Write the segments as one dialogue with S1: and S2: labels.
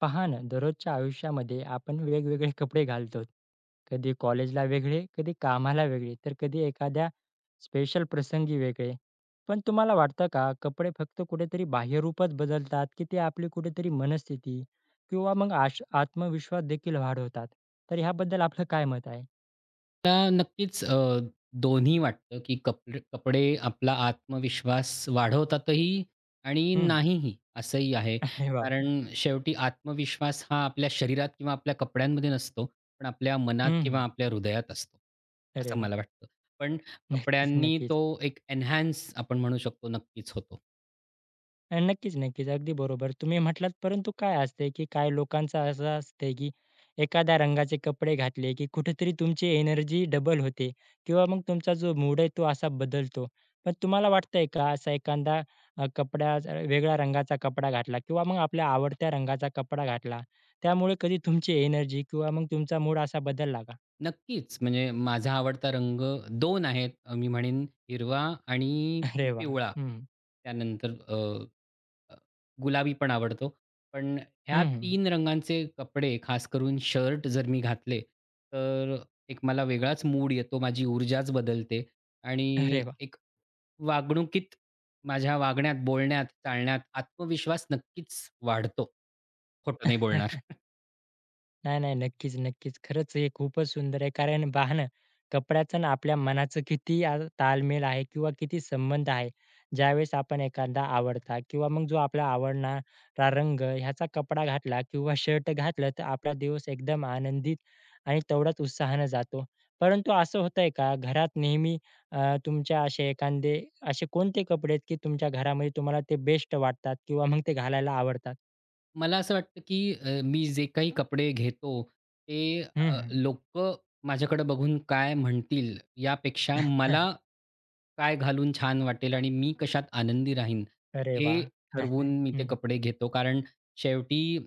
S1: पहा ना, दररोजच्या आयुष्यामध्ये आपण वेगवेगळे कपडे घालतो. कधी कॉलेजला वेगळे, कधी कामाला वेगळे, तर कधी एखाद्या स्पेशल प्रसंगी वेगळे. पण तुम्हाला वाटतं का, कपडे फक्त कुठेतरी बाह्यरूपच बदलतात, की ते आपली कुठेतरी मनस्थिती किंवा मग आत्मविश्वास देखील वाढवतात? तर ह्याबद्दल आपलं काय मत आहे?
S2: मला नक्कीच दोन्ही वाटतं, की कपडे कपडे आपला आत्मविश्वास वाढवतातही आणि
S1: हं.
S2: नाहीही असंही आहे.
S1: अरे बापरे!
S2: कारण शेवटी आत्मविश्वास हा आपल्या शरीरात किंवा आपल्या कपड्यांमध्ये नसतो, पण आपल्या मनात किंवा
S1: हं,
S2: आपल्या हृदयात असतो,
S1: अरे
S2: असं
S1: वाह!
S2: मला वाटतं. पण
S1: नक्कीच,
S2: कपड्यांनी
S1: नक्कीच.
S2: तो एक एन्हान्स आपण म्हणू शकतो नक्कीच होतो.
S1: नक्कीच, नक्कीच. अगदी बरोबर तुम्ही म्हटलात. परंतु काय असते, की काय लोकांचं असं असते, की एखाद्या रंगाचे कपडे घातले, की कुठेतरी तुमची एनर्जी डबल होते किंवा मग तुमचा जो मूड आहे तो असा बदलतो. पण तुम्हाला वाटतंय का असा एखादा कपडा वेगळ्या रंगाचा कपडा घातला किंवा मग आपल्या आवडत्या रंगाचा कपडा घातला, त्यामुळे कधी तुमची एनर्जी किंवा मग तुमचा मूड असा बदलला का?
S2: नक्कीच म्हणजे माझा आवडता रंग 2 आहेत. मी म्हणेन हिरवा आणि
S1: अरे वाह!
S2: पिवळा.
S1: हं,
S2: त्यानंतर अ, गुलाबी पण आवडतो. पण ह्या
S1: हं, हं.
S2: तीन रंगांचे कपडे, खास करून शर्ट जर मी घातले, तर एक मला वेगळाच मूड येतो. माझी ऊर्जाच बदलते
S1: अरे
S2: आणि
S1: वाह!
S2: एक वागणुकीत माझ्या वागण्यात, बोलण्यात, चालण्यात आत्मविश्वास नक्कीच वाढतो. खोटं नाही बोलणार.
S1: नाही, नाही. नक्कीच, नक्कीच. खरंच हे खूपच सुंदर आहे. कारण पहा कपड्याचं आणि आपल्या मनाचं किती ताळमेळ आहे किंवा किती संबंध आहे. ज्यावेळेस आपण एखादा आवडता किंवा मग जो आपला आवडणारा रंग ह्याचा कपडा घातला किंवा शर्ट घातलं, तर आपला दिवस एकदम आनंदित आणि तेवढ्याच उत्साहानं जातो. परंतु असं होतंय का घरात नेहमी तुमच्या असे कोणते कपडे आहेत, की तुमच्या घरामध्ये तुम्हाला ते बेस्ट वाटतात किंवा मग ते घालायला आवडतात?
S2: मला असं वाटतं, की मी जे काही कपडे घेतो ते
S1: हं, हं.
S2: लोकं माझ्याकडे बघून काय म्हणतील यापेक्षा मला काय घालून छान वाटेल आणि मी कशात आनंदी राहीन,
S1: अरे वाह!
S2: हे
S1: हं,
S2: ठरवून मी ते
S1: हं.
S2: कपडे घेतो. कारण शेवटी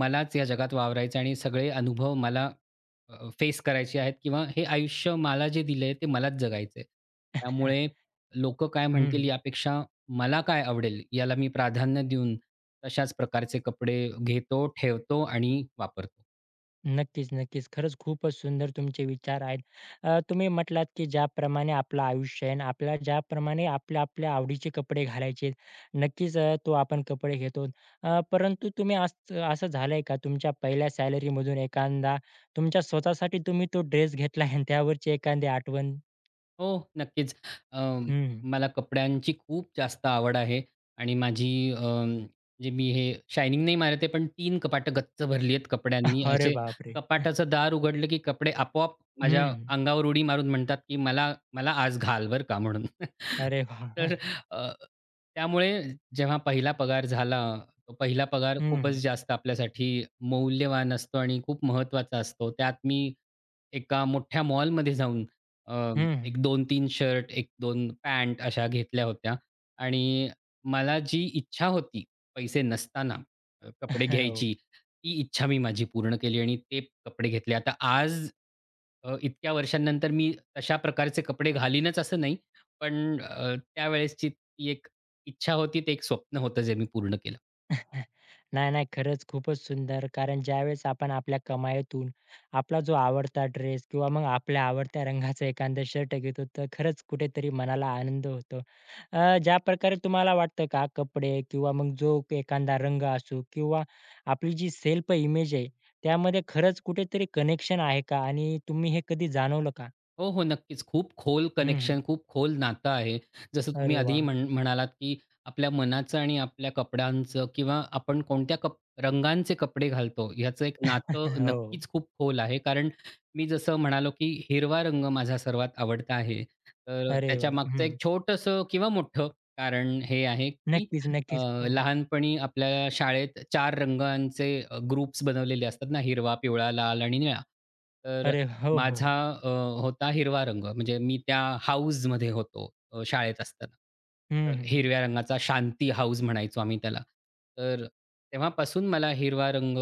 S2: मलाच या जगात वावरायचं आणि सगळे अनुभव मला फेस करायचे आहेत किंवा हे आयुष्य मला जे दिलंय ते मलाच जगायचंय.
S1: हं,
S2: त्यामुळे लोकं काय म्हणतील
S1: हं.
S2: यापेक्षा मला काय आवडेल याला मी प्राधान्य देऊन तशाच प्रकारचे कपडे घेतो, ठेवतो आणि वापरतो.
S1: नक्कीच, नक्कीच. खरंच खूपच सुंदर तुमचे विचार आहेत. तुम्ही म्हटलात, की ज्याप्रमाणे आपलं आयुष्य आहे आणि आपल्याला ज्याप्रमाणे आपल्या-आपल्या आवडीचे कपडे घालायचे. नक्कीच तो आपण कपडे घेतो. परंतु तुम्ही असं असं झालंय का तुमच्या पहिल्या सॅलरीमधून एखादा तुमच्या स्वतःसाठी तुम्ही तो ड्रेस घेतलाय आणि त्यावरची एखादी आठवण?
S2: हो, नक्कीच. अं,
S1: हं.
S2: मला कपड्यांची खूप जास्त आवड आहे आणि माझी म्हणजे मी हे शायनिंग नाही मारत पण 3 कपाटं गच्च भरली आहेत कपड्यांनी.
S1: अरे
S2: असे
S1: बापरे!
S2: कपाटाचं दार उघडलं, की कपडे आपोआप माझ्या
S1: हं.
S2: अंगावर उडी मारून म्हणतात, की "मला मला आज घाल बरं का" म्हणून.
S1: अरे वाह!
S2: तर अ, त्यामुळे जेव्हा पहिला पगार झाला, तो पहिला पगार
S1: हं,
S2: खूपच
S1: हं.
S2: जास्त आपल्यासाठी मौल्यवान असतो आणि खूप महत्त्वाचा असतो. त्यात मी एका मोठ्या मॉलमध्ये जाऊन अ एक दोन तीन शर्ट, एक दोन पॅन्ट अशा घेतल्या होत्या आणि मला जी इच्छा होती पैसे नसताना, कपडे
S1: हो.
S2: घ्यायची, ती इच्छा मी माझी पूर्ण केली आणि ते कपडे घेतले. आता आज इतक्या वर्षांनंतर मी तशा प्रकारचे कपडे घालीनच असं नाही, पण त्यावेळेसची ती एक इच्छा होती, ते एक स्वप्न होतं जे मी पूर्ण केलं.
S1: नाही, नाही. खरंच खूपच सुंदर. कारण ज्यावेळेस आपण आपल्या कमाईतून आपला जो आवडता ड्रेस किंवा मग आपल्या आवडत्या रंगाचं एखादं शर्ट घेतो, तर खरंच कुठेतरी मनाला आनंद होतो. ज्याप्रकारे तुम्हाला वाटतं का कपडे किंवा मग जो एखादा रंग असो किंवा आपली जी सेल्फ इमेज आहे, त्यामध्ये खरंच कुठेतरी कनेक्शन आहे का? आणि तुम्ही हे कधी जाणवलं का?
S2: हो, हो. नक्कीच. खूप खोल
S1: हं, हं.
S2: कनेक्शन, खूप खोल नातं आहे. जसं तुम्ही
S1: अरे
S2: आधी
S1: वाह!
S2: म्हणालात, की आपल्या मनाचं आणि आपल्या कपड्यांचं किंवा आपण कोणत्या रंगांचे कपडे घालतो, ह्याचं एक नातं
S1: हो.
S2: नक्कीच खूप खोल आहे. कारण मी जसं म्हणालो, की हिरवा रंग माझा सर्वात आवडता आहे. तर
S1: अरे वाह!
S2: त्याच्यामागचं
S1: हं.
S2: एक छोटंसं किंवा मोठं कारण हे आहे, की
S1: नक्कीच,
S2: अ,
S1: नक्कीच. हो.
S2: लहानपणी आपल्या शाळेत 4 रंगांचे ग्रुप्स बनवलेले असतात ना, हिरवा, पिवळा, लाल आणि निळा. तर
S1: अरे हो, हो.
S2: माझा होता हिरवा रंग. म्हणजे मी त्या हाऊसमध्ये होतो, शाळेत असताना.
S1: हं,
S2: तर
S1: हं.
S2: हिरव्या रंगाचा शांती हाऊस म्हणायचो आम्ही त्याला. तर तेव्हापासून मला हिरवा रंग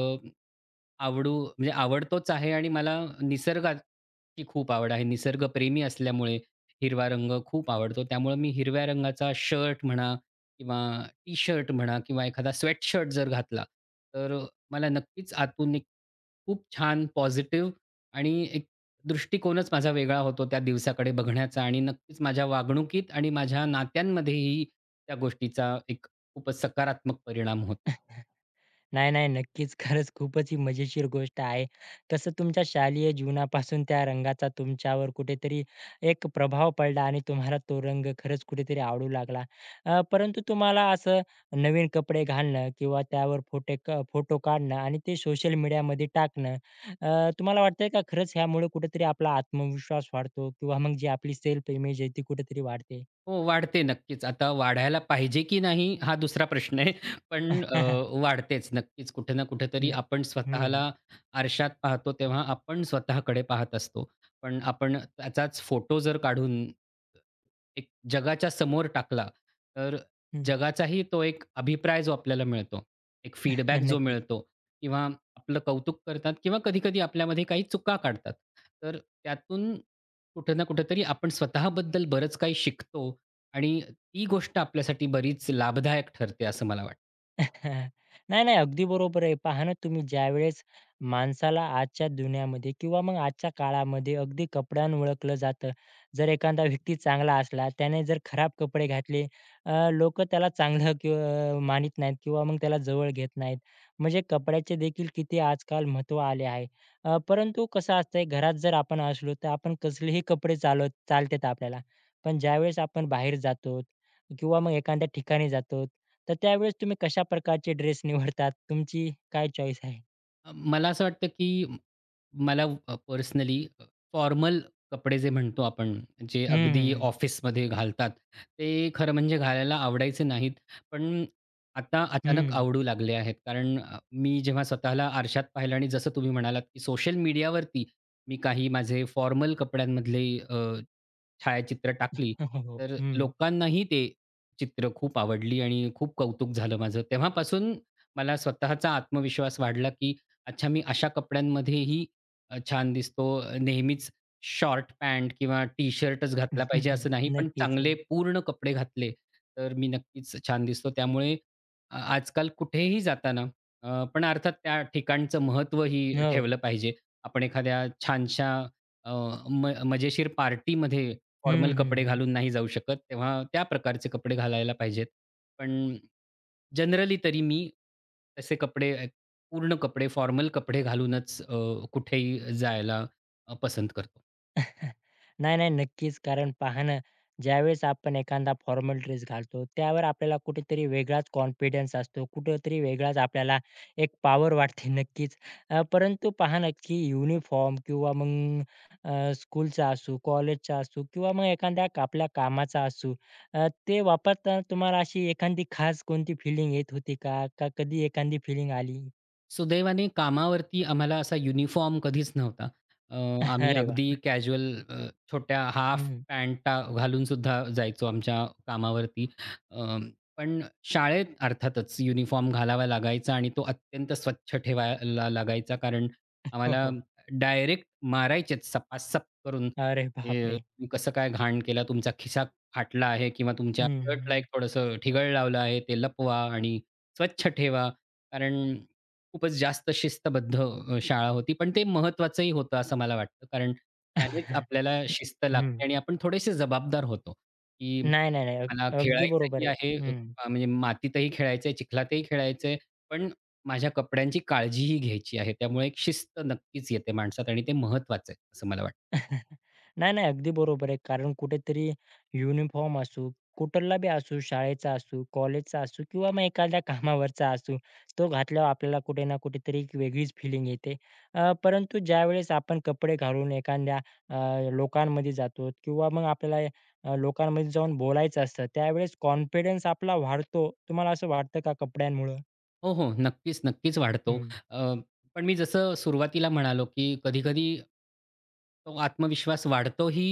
S2: आवडू म्हणजे आवडतोच आहे आणि मला निसर्गाची खूप आवड आहे. निसर्गप्रेमी असल्यामुळे हिरवा रंग खूप आवडतो. त्यामुळे मी हिरव्या रंगाचा शर्ट म्हणा किंवा टी-शर्ट म्हणा किंवा एखादा स्वेटशर्ट जर घातला, तर मला नक्कीच आतून एक खूप छान पॉझिटिव्ह आणि एक दृष्टिकोनच माझा वेगळा होतो त्या दिवसाकडे बघण्याचा आणि नक्कीच माझ्या वागणुकीत आणि माझ्या नात्यांमध्येही त्या गोष्टीचा एक खूपच सकारात्मक परिणाम होतो.
S1: नाही, नाही. नक्कीच. खरंच खूपच ही मजेशीर गोष्ट आहे. कसं तुमच्या शालेय जीवनापासून त्या रंगाचा तुमच्यावर कुठेतरी एक प्रभाव पडला आणि तुम्हाला तो रंग खरंच कुठेतरी आवडू लागला. परंतु तुम्हाला असं नवीन कपडे घालणं किंवा त्यावर फोटे क फोटो काढणं आणि ते सोशल मीडियामध्ये टाकणं, तुम्हाला वाटतंय का खरंच ह्यामुळे कुठेतरी आपला आत्मविश्वास वाढतो किंवा मग जी आपली सेल्फ इमेज आहे ती कुठेतरी वाढते?
S2: हो, वाढते नक्कीच. आता वाढायला पाहिजे की नाही हा दुसरा प्रश्न आहे. पण वाढतेच नक्कीच. कुठे ना कुठेतरी
S1: न
S2: आपण
S1: हं,
S2: स्वतःला
S1: हं.
S2: आरशात पाहतो तेव्हा आपण स्वतःकडे पाहत असतो. पण आपण त्याचाच फोटो जर काढून एक जगाच्या समोर टाकला, तर जगाचाही तो एक अभिप्राय जो आपल्याला मिळतो, एक फीडबॅक जो
S1: नक्कीच.
S2: मिळतो किंवा आपलं कौतुक करतात किंवा कधी-कधी आपल्यामध्ये काही चुका काढतात. तर त्यातून कुठे ना कुठेतरी आपण स्वतःबद्दल बरंच काही शिकतो आणि ती गोष्ट आपल्यासाठी बरीच लाभदायक ठरते असं मला वाटतं.
S1: नाही, नाही. अगदी बरोबर आहे. पहा ना, तुम्ही ज्यावेळेस माणसाला आजच्या दुनियामध्ये किंवा मग आजच्या काळामध्ये अगदी कपड्यानं ओळखलं जातं. जर एखादा व्यक्ती चांगला असला, त्याने जर खराब कपडे घातले, लोकं त्याला चांगलं कि मानीत नाहीत किंवा मग त्याला जवळ घेत नाहीत. म्हणजे कपड्याचे देखील किती आजकाल महत्त्व आले आहे. परंतु कसं असतंय, घरात जर आपण असलो, तर आपण कसलेही कपडे चालतात आपल्याला. पण ज्यावेळेस आपण बाहेर जातो किंवा मग एखाद्या ठिकाणी जातो तर त्यावेळेस तुम्ही कशा प्रकारचे ड्रेस निवडतात? तुमची काय चॉईस आहे?
S2: मला असं वाटतं की मला पर्सनली फॉर्मल कपडे जे म्हणतो आपण, जे
S1: हं, हं,
S2: अगदी
S1: हं.
S2: ऑफिसमध्ये घालतात, ते खरं म्हणजे घालायला आवडायचे नाहीत. पण आता अचानक
S1: हं.
S2: आवडू लागले आहेत. कारण मी जेव्हा स्वतःला आरशात पाहिलं आणि जसं तुम्ही म्हणालात, की सोशल मीडियावरती मी काही माझे फॉर्मल कपड्यांमधले छायाचित्र टाकली,
S1: हो, हो. हो.
S2: तर
S1: हं.
S2: लोकांनाही ते चित्र खूप आवडली आणि खूप कौतुक झालं माझं. तेव्हापासून मला स्वतःचा आत्मविश्वास वाढला, की अच्छा मी अशा कपड्यांमध्येही छान दिसतो. नेहमीच शॉर्ट पॅन्ट किंवा टी-शर्टच घातला पाहिजे असं नाही, पण
S1: नक्कीच.
S2: चांगले
S1: हो.
S2: पूर्ण कपडे घातले, तर मी नक्कीच छान दिसतो. त्यामुळे आजकाल कुठेही जाताना पण अर्थात त्या ठिकाणचं महत्त्वही
S1: हो.
S2: ठेवलं पाहिजे. आपण एखाद्या छानशा, अ, मजेशीर पार्टीमध्ये
S1: हं,
S2: फॉर्मल
S1: हं,
S2: कपडे
S1: हं.
S2: घालून नाही जाऊ शकत, तेव्हा त्या प्रकारचे कपडे घालायला पाहिजेत. पण जनरली तरी मी तसे कपडे, पूर्ण कपडे, फॉर्मल कपडे घालूनच, कुठेही जायला पसंत करतो.
S1: नाही, नाही. नक्कीच. कारण पहा ना, ज्यावेळेस आपण एखादा फॉर्मल ड्रेस घालतो, त्यावर आपल्याला कुठेतरी वेगळाच कॉन्फिडन्स असतो, कुठेतरी वेगळाच आपल्याला एक पॉवर वाटते नक्कीच. परंतु पहा ना, की युनिफॉर्म किंवा मग स्कूलचा असू, कॉलेजचा असू किंवा मग एखाद्या आपल्या कामाचा असू, ते वापरताना तुम्हाला अशी एखादी खास कोणती फीलिंग येत होती का? का कधी एखादी फीलिंग आली?
S2: सुदैवाने कामावरती आम्हाला असा युनिफॉर्म कधीच नव्हता. आम्ही
S1: अरे
S2: अगदी
S1: वाह!
S2: कॅज्युअल छोट्या हाफ
S1: हं.
S2: पॅन्टा घालून सुद्धा जायचो आमच्या कामावरती. अ, पण शाळेत अर्थातच युनिफॉर्म घालावा लागायचा आणि तो अत्यंत स्वच्छ ठेवायला लागायचा. कारण
S1: हो,
S2: आम्हाला
S1: हो.
S2: डायरेक्ट मारायचेच सपासप करून,
S1: अरे
S2: "ए,
S1: बापरे!
S2: तुम्ही कसं काय घाण केला? तुमचा खिसा फाटला आहे किंवा तुमच्या
S1: हं, हं.
S2: शर्टला एक थोडंसं ठिगळ लावलं आहे. ते लपवा आणि स्वच्छ ठेवा." कारण खूपच जास्त शिस्तबद्ध, शाळा होती. पण ते महत्त्वाचंही होतं असं मला वाटतं. कारण त्यानेच आपल्याला शिस्त
S1: हं.
S2: लागते आणि आपण थोडेसे जबाबदार होतो, की
S1: नाही, नाही, नाही. अग
S2: मला
S1: अगदी बरोबर
S2: खेळायचंही
S1: आहे.
S2: आहे,
S1: हं.
S2: म्हणजे मातीतही खेळायचंय, चिखलातही खेळायचंय, पण माझ्या कपड्यांची काळजीही घ्यायची आहे. त्यामुळे एक शिस्त नक्कीच येते माणसात आणि ते महत्त्वाचं आहे, असं मला वाटतं.
S1: नाही, नाही. अगदी बरोबर आहे. कारण कुठेतरी युनिफॉर्म असू, कुठला बी असू, शाळेचा असू, कॉलेजचा असू किंवा मग एखाद्या कामावरचा असू, तो घातल्यावर आपल्याला कुठे ना कुठेतरी एक वेगळीच फिलिंग येते. परंतु ज्यावेळेस आपण कपडे घालून एखाद्या लोकांमध्ये जातो किंवा मग आपल्याला लोकांमध्ये जाऊन बोलायचं असतं, त्यावेळेस कॉन्फिडन्स आपला वाढतो. तुम्हाला असं वाटतं का कपड्यांमुळं?
S2: हो, हो. नक्कीच, नक्कीच वाढतो.
S1: हं.
S2: अ, पण मी जसं सुरुवातीला म्हणालो, की कधी-कधी तो आत्मविश्वास वाढतोही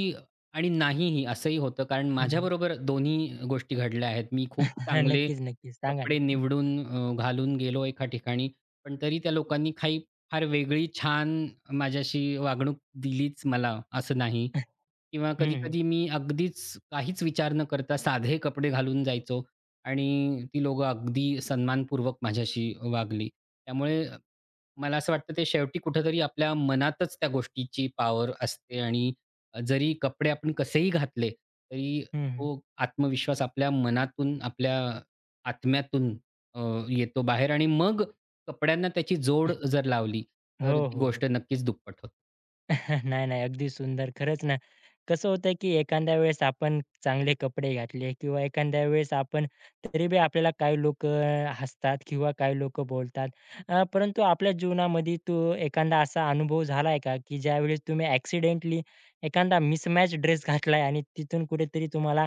S2: आणि नाहीही असंही होतं. कारण
S1: हं,
S2: माझ्याबरोबर दोन्ही गोष्टी घडल्या आहेत. मी खूप चांगले
S1: नक्कीच, नक्कीच. सांगा ना.
S2: कपडे
S1: हं.
S2: निवडून, घालून गेलो एका ठिकाणी, पण तरी त्या लोकांनी काही फार वेगळी छान माझ्याशी वागणूक दिलीच मला असं नाही.
S1: हं,
S2: किंवा कधी-कधी मी अगदीच काहीच विचार न करता साधे कपडे घालून जायचो. आणि ती लोकं अगदी सन्मानपूर्वक माझ्याशी वागली. त्यामुळे मला असं वाटतं ते शेवटी कुठेतरी आपल्या मनातच त्या गोष्टीची पॉवर असते आणि जरी कपडे आपण कसेही घातले, तरी
S1: हं.
S2: तो आत्मविश्वास आपल्या मनातून, आपल्या आत्म्यातून अ, येतो बाहेर आणि मग कपड्यांना त्याची जोड जर लावली,
S1: हो,
S2: तर ती गोष्ट
S1: हो.
S2: नक्कीच दुप्पट होते.
S1: नाही, नाही. अगदी सुंदर. खरंच ना, कसं होतं की एखाद्या वेळेस आपण चांगले कपडे घातले किंवा एखाद्या वेळेस आपण तरी बी आपल्याला काही लोकं हसतात किंवा काही लोकं बोलतात. परंतु आपल्या जीवनामध्ये तो एखादा असा अनुभव झाला का, की ज्यावेळेस तुम्ही एक्सिडेंटली एखादा मिसमॅच ड्रेस घातलाय आणि तिथून कुठेतरी तुम्हाला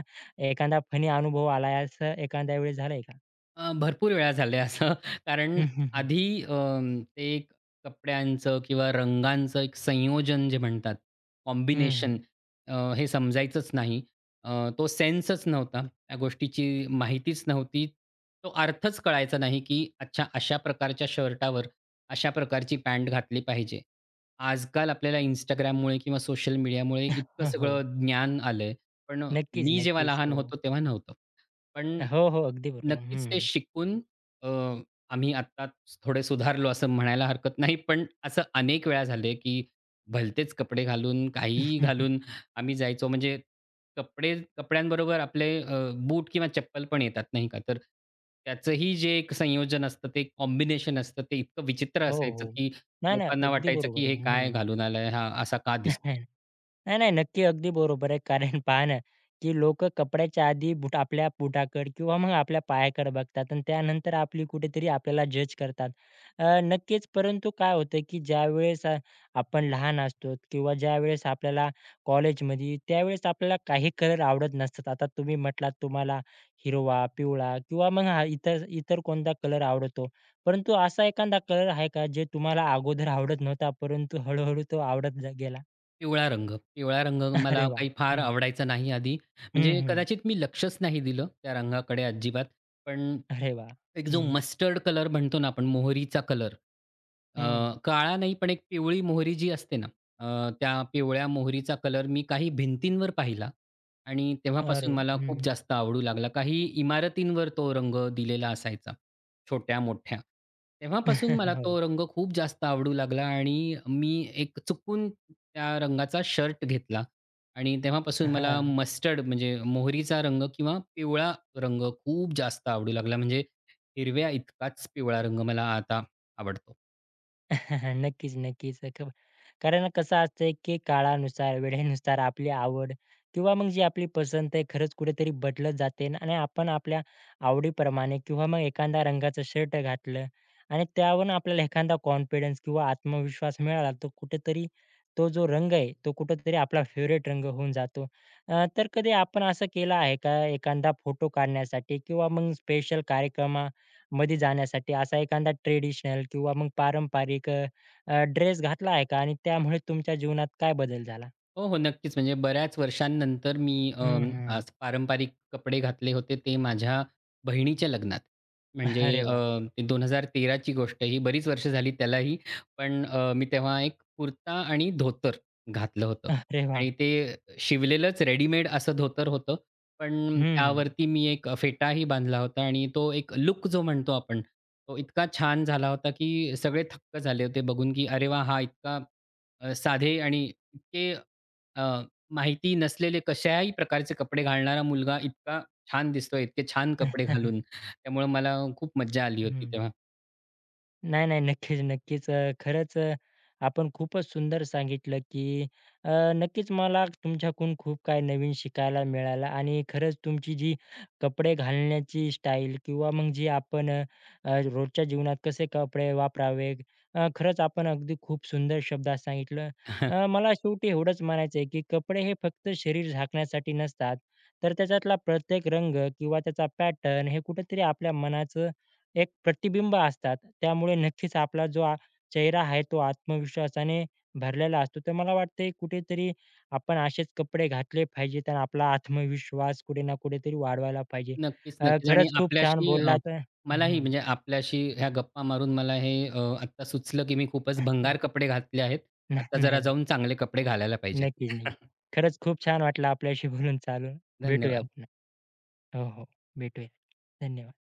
S1: एखादा फनी अनुभव आलाय असं एखाद्या वेळेस झालंय का?
S2: भरपूर वेळा झालंय असं. कारण
S1: हं, हं, हं.
S2: आधी ते एक कपड्यांचं किंवा रंगांचं एक संयोजन जे म्हणतात, कॉम्बिनेशन
S1: हं,
S2: हे समजायचंच नाही. अ, तो सेन्सच नव्हता. त्या गोष्टीची माहितीच नव्हती. तो अर्थच कळायचा नाही, की अच्छा अशा प्रकारच्या शर्टावर अशा प्रकारची पॅन्ट घातली पाहिजे. आजकाल आपल्याला Instagramमुळे किंवा सोशल मीडियामुळे इतकं
S1: हो, हो.
S2: सगळं ज्ञान आलंय. पण
S1: नक्कीच,
S2: मी जेव्हा
S1: नक्कीच.
S2: लहान
S1: हो.
S2: होतो तेव्हा नव्हतं. पण
S1: हो, हो. अगदी बरोबर.
S2: नक्कीच ते
S1: हं.
S2: शिकून, अ, आम्ही आत्ताच थोडे सुधारलो असं म्हणायला हरकत नाही. पण असं अनेक वेळा झालंय, की भलतेच कपडे घालून, काहीही घालून आम्ही जायचो. म्हणजे कपड्यांबरोबर आपले बूट किंवा चप्पल पण येतात नाही का. तर त्याचंही जे एक संयोजन असतं, ते कॉम्बिनेशन असतं, ते इतकं विचित्र
S1: हो,
S2: असायचं,
S1: हो.
S2: की
S1: नाही, नाही.
S2: लोकांना
S1: अगदी
S2: वाटायचं,
S1: बरोबर
S2: की हे
S1: आहे.
S2: काय
S1: हं.
S2: घालून आलाय, हा असा का दिसतोय?
S1: नाही, नाही. नक्की. अगदी बरोबर आहे. कारण पहा ना, की लोकं कपड्याच्या आधी आपल्या बुटाकडे किंवा मग आपल्या पायाकडे बघतात आणि त्यानंतर आपली कुठेतरी आपल्याला जज करतात. नक्कीच. परंतु काय होतं, की ज्यावेळेस आपण लहान असतो किंवा ज्यावेळेस आपल्याला कॉलेजमध्ये त्यावेळेस आपल्याला काही कलर आवडत नसतात. आता तुम्ही म्हटलात तुम्हाला हिरवा, पिवळा किंवा मग हा इतर इतर कोणता कलर आवडतो. परंतु असा एखादा कलर आहे का, जे तुम्हाला अगोदर आवडत नव्हता, परंतु हळू तो आवडत गेला?
S2: पिवळा रंग. पिवळा रंग
S1: अरे
S2: मला
S1: वाह!
S2: काही फार
S1: हं.
S2: आवडायचा नाही आधी.
S1: हं,
S2: म्हणजे
S1: हं.
S2: कदाचित मी लक्षच नाही दिलं त्या रंगाकडे अजिबात. पण
S1: अरे वाह!
S2: एक जो
S1: हं.
S2: मस्टर्ड कलर म्हणतो ना आपण, मोहरीचा कलर. अ,
S1: हं, हं.
S2: काळा नाही पण एक पिवळी मोहरी जी असते ना, त्या पिवळ्या मोहरीचा कलर मी काही भिंतींवर पाहिला आणि
S1: अरे!
S2: तेव्हापासून मला खूप
S1: हं.
S2: जास्त आवडू लागला. काही इमारतींवर तो रंग दिलेला असायचा. छोट्या-मोठ्या. तेव्हापासून मला
S1: हो.
S2: तो रंग खूप जास्त आवडू लागला आणि मी एक चुकून त्या रंगाचा शर्ट घेतला आणि तेव्हापासून मला
S1: हां.
S2: मस्टर्ड म्हणजे मोहरीचा रंग किंवा पिवळा रंग खूप जास्त आवडू लागला. म्हणजे हिरव्या इतकाच पिवळा रंग मला आता आवडतो.
S1: नक्कीच, नक्कीच. कारण कसं असतंय, की काळानुसार, वेळेनुसार आपली आवड किंवा मग जी आपली पसंत आहे खरंच कुठेतरी बदलत जाते न, आणि आपण आपल्या आवडीप्रमाणे किंवा मग एखादा रंगाचं शर्ट घातलं आणि त्यावरून आपल्याला एखादा कॉन्फिडन्स किंवा आत्मविश्वास मिळाला, तर कुठेतरी तो जो रंग आहे, तो कुठेतरी आपला फेव्हरेट रंग होऊन जातो. तर कधी आपण असं केलं आहे का, एखादा फोटो काढण्यासाठी किंवा मग स्पेशल कार्यक्रमा मध्ये जाण्यासाठी असा एखादा ट्रेडिशनल किंवा मग पारंपरिक ड्रेस घातला आहे का? आणि त्यामुळे तुमच्या जीवनात काय बदल झाला?
S2: हो, हो. नक्कीच. म्हणजे बऱ्याच वर्षांनंतर मी,
S1: हं, हं.
S2: अस पारंपरिक कपडे घातले होते. ते माझ्या बहिणीच्या लग्नात. म्हणजे
S1: अरे
S2: अ,
S1: वाह!
S2: ते 2013 ची गोष्ट, ही बरीच वर्ष झाली त्यालाही. पण मी तेव्हा एक कुर्ता आणि धोतर घातलं होतं
S1: अरे वाह!
S2: आणि ते शिवलेलंच रेडीमेड असं धोतर होतं.
S1: हं,
S2: पण
S1: हं.
S2: त्यावरती मी एक फेटाही बांधला होता आणि तो एक लूक जो म्हणतो आपण, तो इतका छान झाला होता, की सगळे थक्क झाले होते बघून, की "अरे वाह! हा इतका साधे आणि इतके" अ, माहिती नसलेले कशाही प्रकारचे कपडे घालणारा मुलगा इतका छान दिसतोय, इतके छान कपडे घालून. त्यामुळे मला खूप मज्जा आली होती
S1: हं.
S2: तेव्हा.
S1: नाही, नाही. नक्कीच, नक्कीच. खरंच आपण खूपच सुंदर सांगितलं, की अ, नक्कीच मला तुमच्याकडून खूप काही नवीन शिकायला मिळालं आणि खरंच तुमची जी कपडे घालण्याची स्टाईल किंवा मग जी आपण अ, अ, रोजच्या जीवनात कसे कपडे वापरावे, खरंच आपण अगदी खूप सुंदर शब्दात सांगितलं. मला शेवटी एवढंच म्हणायचं आहे, की कपडे हे फक्त शरीर झाकण्यासाठी नसतात, तर त्याच्यातला प्रत्येक रंग किंवा त्याचा पॅटर्न हे कुठेतरी आपल्या मनाचं एक प्रतिबिंब असतात. त्यामुळे नक्कीच आपला जो चेहरा आहे तो आत्मविश्वासाने भरलेला असतो. तर मला वाटतंय कुठेतरी आपण असेच कपडे घातले पाहिजेत आणि आपला आत्मविश्वास कुठे ना कुठेतरी वाढवायला पाहिजे.
S2: नक्कीच, नक्कीच. आणि
S1: खरंच खूप छान
S2: आपल्याशी,
S1: बोललात
S2: मलाही
S1: हं.
S2: म्हणजे आपल्याशी ह्या गप्पा मारून मला हे, आत्ता सुचलं की मी खूपच भंगार कपडे घातले आहेत. आता
S1: नाही, नाही,
S2: जरा
S1: नाही.
S2: जाऊन चांगले कपडे घालायला पाहिजेत.
S1: नक्कीच, नक्कीच. खरंच खूप छान वाटलं आपल्याशी बोलून चालून. भेटूया
S2: धन्यवाद.
S1: पुन्हा. हो, हो. भेटूया. धन्यवाद.